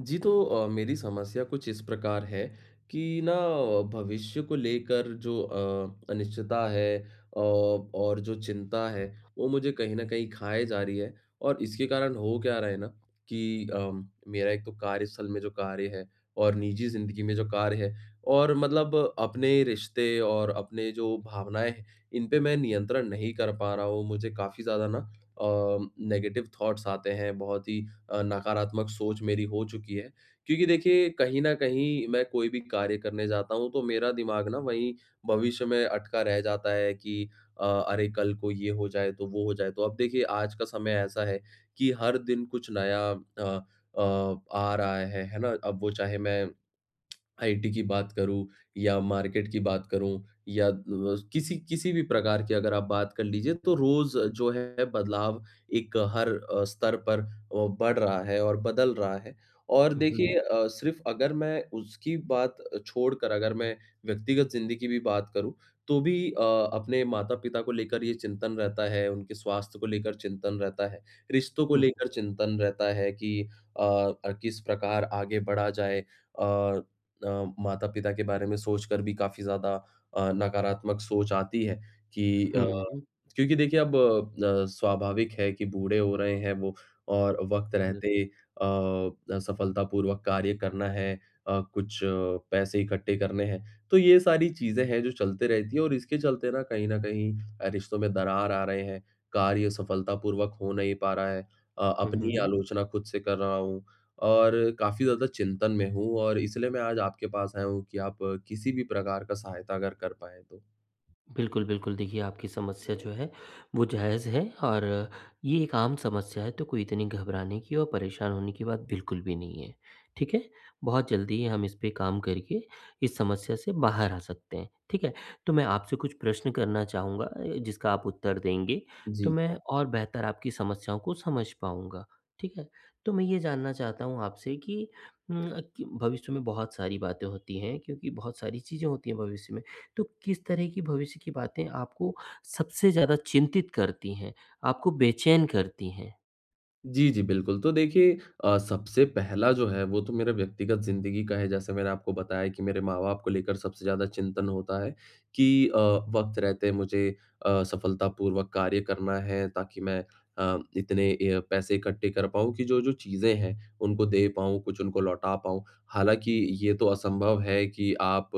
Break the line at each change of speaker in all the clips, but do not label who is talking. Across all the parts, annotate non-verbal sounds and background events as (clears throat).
जी, तो मेरी समस्या कुछ इस प्रकार है कि ना भविष्य को लेकर जो अनिश्चितता है और जो चिंता है, वो मुझे कहीं न कहीं खाए जा रही है और इसके कारण हो क्या रहा है ना कि मेरा एक तो कार्यस्थल में जो कार्य है और निजी ज़िंदगी में जो कार्य है और मतलब अपने रिश्ते और अपने जो भावनाएँ हैं, इन पे मैं नियंत्रण नहीं कर पा रहा हूँ। मुझे काफ़ी ज़्यादा ना अ, नेगेटिव थॉट्स आते हैं, बहुत ही नकारात्मक सोच मेरी हो चुकी है। क्योंकि देखिए कहीं न कहीं मैं कोई भी कार्य करने जाता हूँ तो मेरा दिमाग ना वहीं भविष्य में अटका रह जाता है कि अरे कल को ये हो जाए तो वो हो जाए तो अब देखिए आज का समय ऐसा है कि हर दिन कुछ नया आ रहा है ना? अब वो चाहे मैं आईटी की बात करूँ या मार्केट की बात करूँ या किसी किसी भी प्रकार की अगर आप बात कर लीजिए तो रोज़ जो है बदलाव एक हर स्तर पर बढ़ रहा है और बदल रहा है। और
हम्म
देखिए सिर्फ़ अगर मैं उसकी बात छोड़कर अगर मैं व्यक्तिगत ज़िंदगी की भी बात करूँ, तो भी अपने माता-पिता को लेकर ये चिंतन रहता है, उनके स्वास्थ्य को लेकर चिंतन रहता है, रिश्तों को
हम्म
लेकर चिंतन रहता है कि अ किस प्रकार आगे बढ़ा जाए। अ, माता-पिता के बारे में सोचकर भी काफ़ी ज़्यादा नकारात्मक सोच आती है कि
हम्म
क्योंकि देखिए अब स्वाभाविक है कि बूढ़े हो रहे हैं वो और वक़्त रहते सफलतापूर्वक कार्य करना है अ, कुछ अ, पैसे इकट्ठे करने हैं। तो ये सारी चीज़ें हैं जो चलते रहती है और इसके चलते ना कहीं न कहीं रिश्तों में दरार आ रहे हैं, कार्य सफलतापूर्वक हो नहीं पा रहा है।
हम्म
अपनी ही
हम्म,
आलोचना खुद से कर रहा हूँ और काफ़ी ज़्यादा चिंतन में हूँ और इसलिए मैं आज आपके पास आया हूँ कि आप किसी भी प्रकार का सहायता अगर कर पाएँ तो।
बिल्कुल, बिल्कुल। देखिए, आपकी समस्या जो है, वो जायज़ है और ये एक आम समस्या है, तो कोई इतनी घबराने की और परेशान होने की बात बिल्कुल भी नहीं है, ठीक है? बहुत जल्दी हम इस पे काम करके इस समस्या से बाहर आ सकते हैं, ठीक है? तो मैं आपसे कुछ प्रश्न करना चाहूँगा जिसका आप उत्तर देंगे, तो
जी।
मैं और बेहतर आपकी समस्याओं को समझ पाऊँगा, ठीक है? तो मैं ये जानना चाहता हूँ आपसे कि उम, कि भविष्य में बहुत सारी बातें होती हैं, क्योंकि बहुत सारी चीज़ें होती हैं भविष्य में। तो किस तरह की भविष्य की बातें आपको सबसे ज़्यादा चिंतित करती हैं, आपको बेचैन करती हैं?
जी, जी, बिल्कुल। तो देखिए सबसे पहला जो है वो तो मेरा व्यक्तिगत ज़िंदगी का है जैसे मैंने आपको बताया कि मेरे माँ-बाप को लेकर सबसे ज़्यादा चिंतन होता है कि वक़्त रहते मुझे सफलतापूर्वक कार्य करना है ताकि मैं इतने ए पैसे इकट्ठे कर पाऊँ कि जो-जो चीज़ें हैं उनको दे पाऊँ, कुछ उनको लौटा पाऊँ। हालाँकि ये तो असंभव है कि आप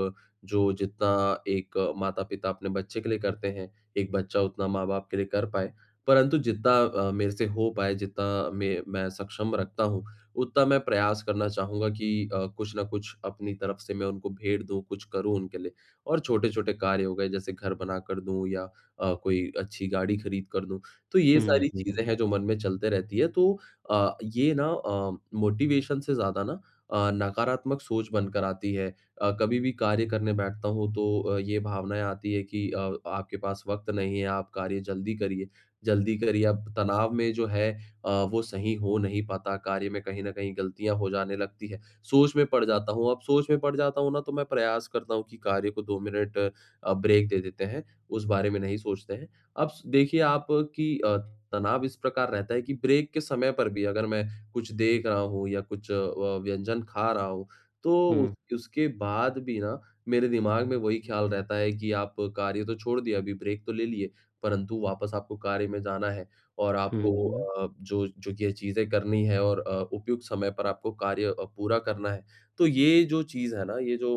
जो जितना एक माता-पिता अपने बच्चे के लिए करते हैं, एक बच्चा उतना माँ-बाप के लिए कर पाए। परंतु जितना मेरे से हो पाए, जितना मैं सक्षम रखता हूँ, उतना मैं प्रयास करना चाहूँगा कि कुछ ना कुछ अपनी तरफ से मैं उनको भेंट दूँ, कुछ करूँ उनके लिए। और छोटे-छोटे कार्य हो गए, जैसे घर बनाकर दूँ या कोई अच्छी गाड़ी खरीद कर दूँ। तो ये
हुँ,
सारी
हुँ, हुँ।
चीज़ें हैं जो मन में चलते रहती है। तो ये ना मोटिवेशन से ज़्यादा ना नकारात्मक सोच बनकर आती है। कभी भी कार्य करने बैठता हूँ तो ये भावनाएँ आती है कि आपके पास वक़्त नहीं है, आप कार्य जल्दी करिए। जल्दी करिए अब तनाव में जो है वो सही हो नहीं पाता, कार्य में कहीं न कहीं गलतियाँ हो जाने लगती है। सोच में पड़ जाता हूँ, अब सोच में पड़ जाता हूँ ना तो मैं प्रयास करता हूँ कि कार्य को 2 मिनट ब्रेक दे देते हैं, उस बारे में नहीं सोचते हैं। अब स देखिए आप कि तनाव इस प्रकार रहता है कि ब्रेक के समय पर भी अगर मैं कुछ देख रहा हूँ या कुछ व्यंजन खा रहा हूँ, तो उस
हुँ,
उसके बाद भी ना मेरे दिमाग में वही ख्याल रहता है कि आप कार्य तो छोड़ दिया, अभी ब्रेक तो ले लिए। परंतु वापस आपको कार्य में जाना है और
हुँ,
आपको
हुँ।
जो जो ये चीज़ें करनी है और उपयुक्त समय पर आपको कार्य पूरा करना है। तो ये जो चीज़ है ना, ये जो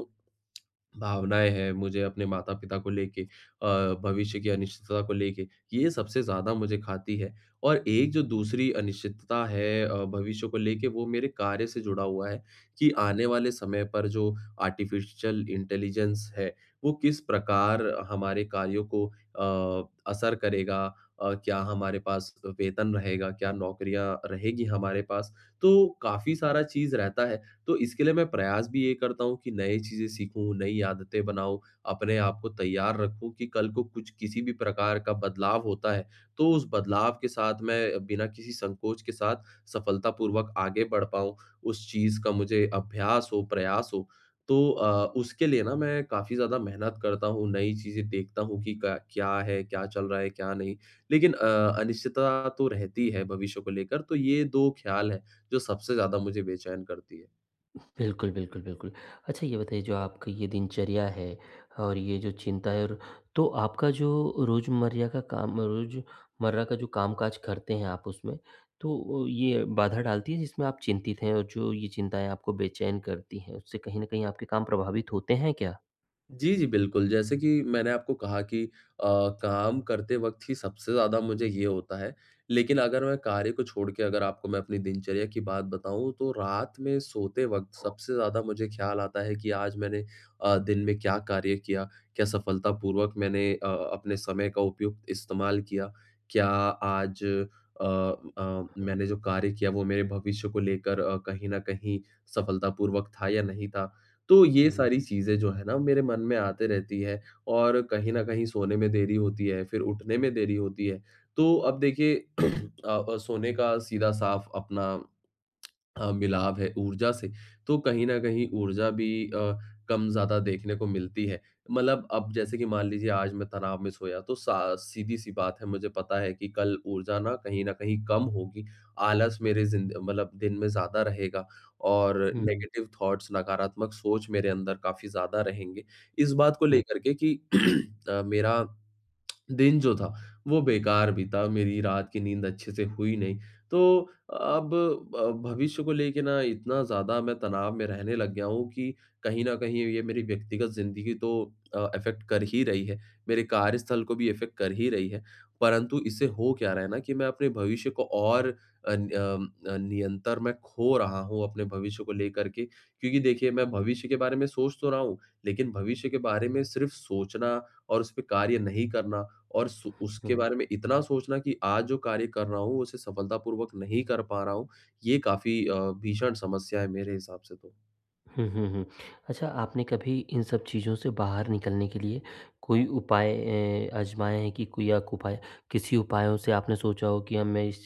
भावनाएँ हैं मुझे अपने माता-पिता को लेके भविष्य की अनिश्चितता को लेके, ये सबसे ज़्यादा मुझे खाती है। और एक जो दूसरी अनिश्चितता है भविष्य को लेके वो मेरे कार्य से जुड़ा हुआ है, कि आने वाले समय पर जो आर्टिफ़िशियल इंटेलिजेंस है, वो किस प्रकार हमारे कार्यों को असर करेगा क्या हमारे पास वेतन रहेगा, क्या नौकरियाँ रहेगी हमारे पास? तो काफ़ी सारा चीज़ रहता है। तो इसके लिए मैं प्रयास भी ये करता हूँ कि नई चीज़ें सीखूँ, नई आदतें बनाऊँ, अपने आप को तैयार रखूँ कि कल को कुछ किसी भी प्रकार का बदलाव होता है, तो उस बदलाव के साथ मैं बिना किसी संकोच के साथ सफलतापूर्वक आगे बढ़ पाऊँ। उस चीज़ का मुझे अभ्यास हो, प्रयास हो। तो उसके लिए ना मैं काफ़ी ज़्यादा मेहनत करता हूँ, नई चीज़ें देखता हूँ कि क क्या है, क्या चल रहा है, क्या नहीं। लेकिन अनिश्चितता तो रहती है भविष्य को लेकर, तो ये दो ख्याल हैं, जो सबसे ज़्यादा मुझे बेचैन करती है।
बिल्कुल, बिल्कुल, बिल्कुल। अच्छा ये बताइए जो आपकी ये दिनचर्या है और ये जो चिंता है और तो आपका जो रोज़मर्रा का जो काम-काज करते हैं आप उसमें, तो ये बाधा डालती है जिसमें आप चिंतित हैं और जो ये चिंताएँ आपको बेचैन करती हैं, उससे कहीं न कहीं आपके काम प्रभावित होते हैं क्या?
जी, जी, बिल्कुल। जैसे कि मैंने आपको कहा कि अ, काम करते वक़्त ही सबसे ज़्यादा मुझे ये होता है, लेकिन अगर मैं कार्य को छोड़ के अगर आपको मैं अपनी दिनचर्या की बात बताऊँ, तो रात में सोते वक़्त सबसे ज़्यादा मुझे ख़्याल आता है कि आज मैंने दिन में क्या कार्य किया? क्या सफलतापूर्वक मैंने अपने समय का उपयुक्त इस्तेमाल किया? क्या आज मैंने जो कार्य किया, वो मेरे भविष्य को लेकर कहीं न कहीं सफलतापूर्वक था या नहीं था? तो ये
हुँ,
सारी चीज़ें जो है ना मेरे मन में आते रहती है और कहीं न कहीं सोने में देरी होती है, फिर उठने में देरी होती है। तो अब देखिए (clears throat) सोने का सीधा साफ अपना मिलाव है ऊर्जा से, तो कहीं न कहीं ऊर्जा भी कम-ज़्यादा देखने को मिलती है। मतलब अब जैसे कि मान लीजिए आज मैं तनाव में सोया तो सा सीधी-सी बात है मुझे पता है कि कल ऊर्जा ना कहीं न कहीं कम होगी, आलस मेरे ज़िंद मतलब दिन में ज़्यादा रहेगा और
हुँ,
नेगेटिव थॉट्स नकारात्मक सोच मेरे अंदर काफ़ी ज़्यादा रहेंगे। इस बात को
हुँ,
लेकर के कि (clears throat) मेरा दिन जो था, वो बेकार बीता, मेरी रात की नींद अच्छे से हुई नहीं। तो अब भविष्य को लेके ना इतना ज़्यादा मैं तनाव में रहने लग गया हूँ कि कहीं न कहीं ये मेरी व्यक्तिगत ज़िंदगी तो अफ़ेक्ट कर ही रही है, मेरे कार्यस्थल को भी अफ़ेक्ट कर ही रही है। परंतु इससे हो क्या रहा है ना कि मैं अपने भविष्य को और अन अम, अ, अ, नियंत्रण मैं खो रहा हूँ अपने भविष्य को लेकर के। क्योंकि देखिए, मैं भविष्य के बारे में सोच तो रहा हूँ, लेकिन भविष्य के बारे में सिर्फ़ सोचना और उस पे कार्य नहीं करना और सु उसके
हुँ।
बारे में इतना सोचना कि आज जो कार्य कर रहा हूँ, उसे सफलतापूर्वक नहीं कर पा रहा हूँ, ये काफ़ी भीषण समस्या है मेरे हिसाब से तो।
हुँ, हुँ, हुँ। अच्छा आपने कभी इन सब चीज़ों से बाहर निकलने के लिए कोई उपाय आज़माए हैं कि कोई आप उपाय किसी उपायों से आपने सोचा हो कि अब मैं इस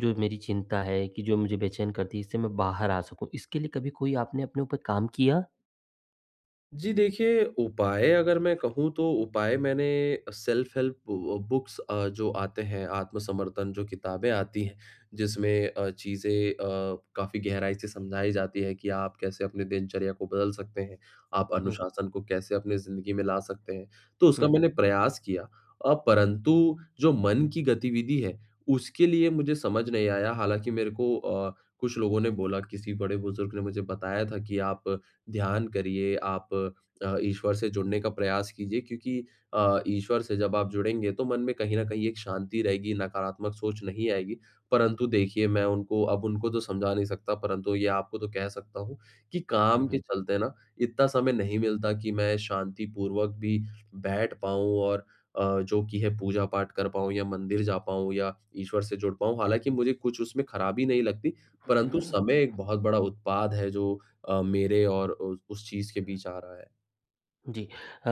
जो मेरी चिंता है कि जो मुझे बेचैन करती है इससे मैं बाहर आ सकूँ। इसके लिए कभी कोई आपने अपने ऊपर काम किया?
जी देखिए, उपाय अगर मैं कहूँ तो उपाय मैंने सेल्फ हेल्प बु बुक्स जो आते हैं आत्मसमर्थन जो किताबें आती हैं, जिसमें चीज़ें काफ़ी गहराई से समझाई जाती है कि आप कैसे अपने दिनचर्या को बदल सकते हैं, आप
हुँ,
अनुशासन को कैसे अपनी ज़िंदगी में ला सकते हैं। तो
हुँ,
उसका मैंने प्रयास किया परंतु जो मन की गतिविधि है, उसके लिए मुझे समझ नहीं आया हालाँकि मेरे को कुछ लोगों ने बोला किसी बड़े बुज़ुर्ग ने मुझे बताया था कि आप ध्यान करिए, आप ईश्वर से जुड़ने का प्रयास कीजिए क्योंकि ईश्वर से जब आप जुड़ेंगे तो मन में कहीं न कहीं एक शांति रहेगी, नकारात्मक सोच नहीं आएगी। परंतु देखिए मैं उनको अब उनको तो समझा नहीं सकता परंतु ये आपको तो कह सकता हूँ कि काम के
हुँ,
चलते ना इतना समय नहीं मिलता कि मैं शांतिपूर्वक भी बैठ पाऊँ और जो कि है पूजा-पाठ कर पाऊँ या मंदिर जा पाऊँ या ईश्वर से जुड़ पाऊँ। हालाँकि मुझे कुछ उसमें खराबी नहीं लगती, परंतु
हुँ।
समय एक बहुत बड़ा उत्पाद है जो मेरे और उस चीज़ के बीच आ रहा है।
जी।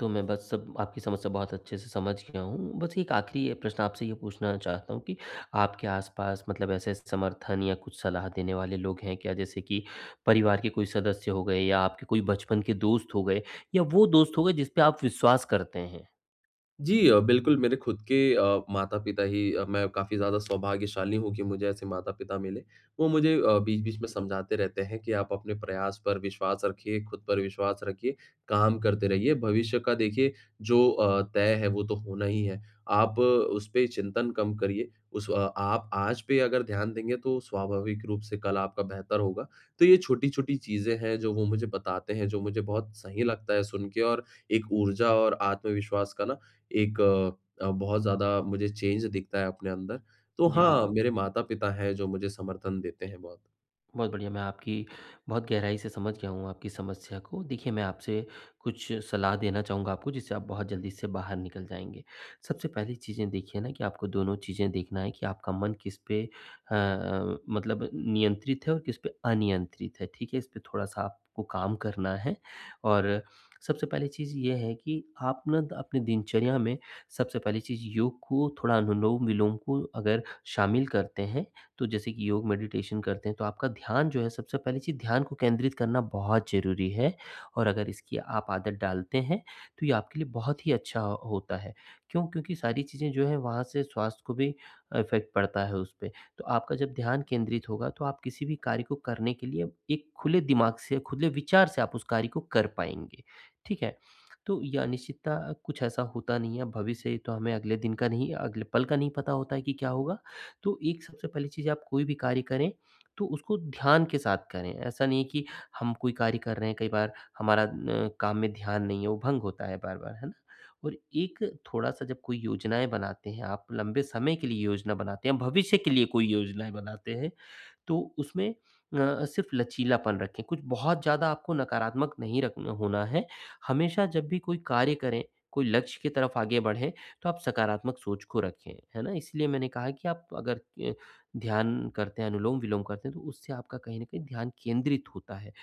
तो मैं बस सब आपकी समस्या बहुत अच्छे से समझ गया हूँ। बस एक आखिरी ये प्रश्न आपसे ये पूछना चाहता हूँ कि आपके आस-पास मतलब ऐसे समर्थन या कुछ सलाह देने वाले लोग हैं क्या? जैसे कि परिवार के कोई सदस्य हो गए या आपके कोई बचपन के दोस्त हो गए या वो दोस्त हो गए जिस पे आप विश्वास करते हैं?
जी बिल्कुल मेरे खुद के माता-पिता ही मैं काफ़ी ज़्यादा सौभाग्यशाली हूँ कि मुझे ऐसे माता-पिता मिले। वो मुझे बीच-बीच में
जी,
समझाते रहते हैं कि आप अपने प्रयास पर विश्वास रखिए, खुद पर विश्वास रखिए, काम करते रहिए। भविष्य का देखिए जो तय है वो तो होना ही है। आप उस पे चिंतन कम करिए। आप आज पे अगर ध्यान देंगे तो स्वाभाविक रूप से कल आपका बेहतर होगा। तो ये छोटी-छोटी चीज़ें हैं जो वो मुझे बताते हैं, जो मुझे बहुत सही लगता है सुन के और एक ऊर्जा और आत्मविश्वास का ना एक बहुत ज़्यादा मुझे चेंज दिखता है अपने अंदर। तो
जी,
हाँ, हाँ।
बिल्कुल।
मेरे माता-पिता हैं जो मुझे समर्थन देते हैं बहुत।
बहुत बढ़िया, मैं आपकी बहुत गहराई से समझ गया हूँ आपकी समस्या को। देखिए, मैं आपसे कुछ सलाह देना चाहूँगा आपको जिससे आप बहुत जल्दी इससे बाहर निकल जाएँगे। सबसे पहली चीज़ें देखिए ना कि आपको दोनों चीज़ें देखना है कि आपका मन किस पे मतलब नियंत्रित है और किस पे अनियंत्रित है, ठीक है? इस पे थोड़ा-सा आपको काम करना है और सबसे पहली चीज़ ये है कि आप ना द अपने दिनचर्या में सबसे पहली चीज़ योग को, थोड़ा अनुलोम-विलोम को अगर शामिल करते हैं, तो जैसे कि योग मेडिटेशन करते हैं तो आपका ध्यान जो है सबसे पहली चीज़ ध्यान को केंद्रित करना बहुत ज़रूरी है और अगर इसकी आप आदत डालते हैं तो ये आपके लिए बहुत ही अच्छा होता है क्योंकि सारी चीज़ें जो है वहाँ से स्वास्थ्य को भी इफेक्ट पड़ता है उस पर। तो आपका जब ध्यान केंद्रित होगा तो आप किसी भी कार्य को करने के लिए एक खुले दिमाग से खुले विचार से आप उस कार्य को कर पाएंगे, ठीक है? तो यह अनिश्चितता कुछ ऐसा होता नहीं है। भविष्य तो हमें अगले दिन का नहीं, अगले पल का नहीं पता होता है कि क्या होगा। तो एक सबसे पहली चीज़, आप कोई भी कार्य करें, तो उसको ध्यान के साथ करें। ऐसा नहीं है कि हम कोई कार्य कर रहे हैं, कई बार हमारा न काम में ध्यान नहीं है, वो भंग होता है बार-बार, है ना? और एक थोड़ा-सा जब कोई योजनाएँ बनाते हैं, आप लंबे समय के लिए योजना बनाते हैं, भविष्य के लिए कोई योजनाएँ बनाते हैं, तो उसमें सिर्फ़ लचीलापन रखें, कुछ बहुत ज़्यादा आपको नकारात्मक नहीं रखना होना है। हमेशा जब भी कोई कार्य करें, कोई लक्ष्य की तरफ आगे बढ़ें, तो आप सकारात्मक सोच को रखें, है ना? इसलिए मैंने कहा कि आप अगर अ, ध्यान करते हैं, अनुलोम-विलोम करते हैं, तो उससे आपका कहीं न कहीं ध्यान केंद्रित होता है।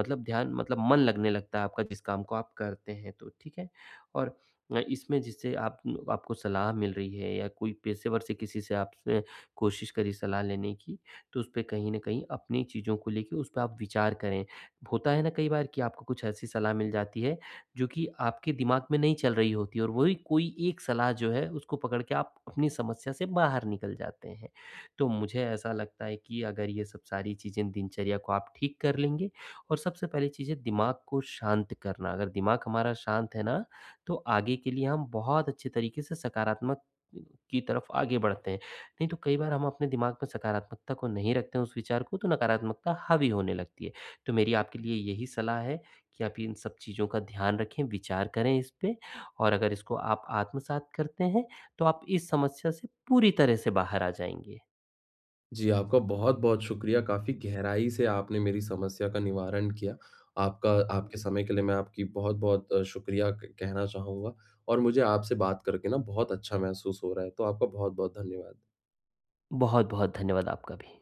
मतलब ध्यान मतलब मन लगने लगता है आपका जिस काम को आप करते हैं तो, ठीक है? और इसमें जिससे आप आपको सलाह मिल रही है या कोई पेशेवर से किसी से आप कोशिश करी सलाह लेने की, तो उसपे कहीं न कहीं अपनी चीज़ों को लेके उसपे आप विचार करें। होता है ना कई बार कि आपको कुछ ऐसी सलाह मिल जाती है, जो कि आपके दिमाग में नहीं चल रही होती है और वही कोई एक सलाह जो है उसको पकड़ के आप अपनी समस्या से बाहर निकल जाते हैं। तो मुझे ऐसा लगता है कि अगर ये सब सारी चीज़ें दिनचर्या को आप ठीक कर लेंगे और सबसे पहली चीज़ है दिमाग को शांत करना। अगर दिमाग हमारा शांत है ना, तो आगे के लिए हम बहुत अच्छे तरीके से सकारात्मक की तरफ आगे बढ़ते हैं। नहीं तो कई बार हम अपने दिमाग में सकारात्मकता को नहीं रखते हैं उस विचार को, तो नकारात्मकता हावी होने लगती है। तो मेरी आपके लिए यही सलाह है कि आप इन सब चीज़ों का ध्यान रखें, विचार करें इस पे और अगर इसको आप आत्मसात करते हैं, तो आप इस समस्या से पूरी तरह से बाहर आ जाएँगे।
जी, आपका बहुत-बहुत शुक्रिया, काफ़ी गहराई से आपने मेरी समस्या का निवारण किया। आपका आपके समय के लिए मैं आपकी बहुत-बहुत शुक्रिया क कहना चाहूँगा और मुझे आपसे बात करके ना बहुत अच्छा महसूस हो रहा है, तो आपका बहुत-बहुत धन्यवाद।
बहुत-बहुत धन्यवाद आपका भी।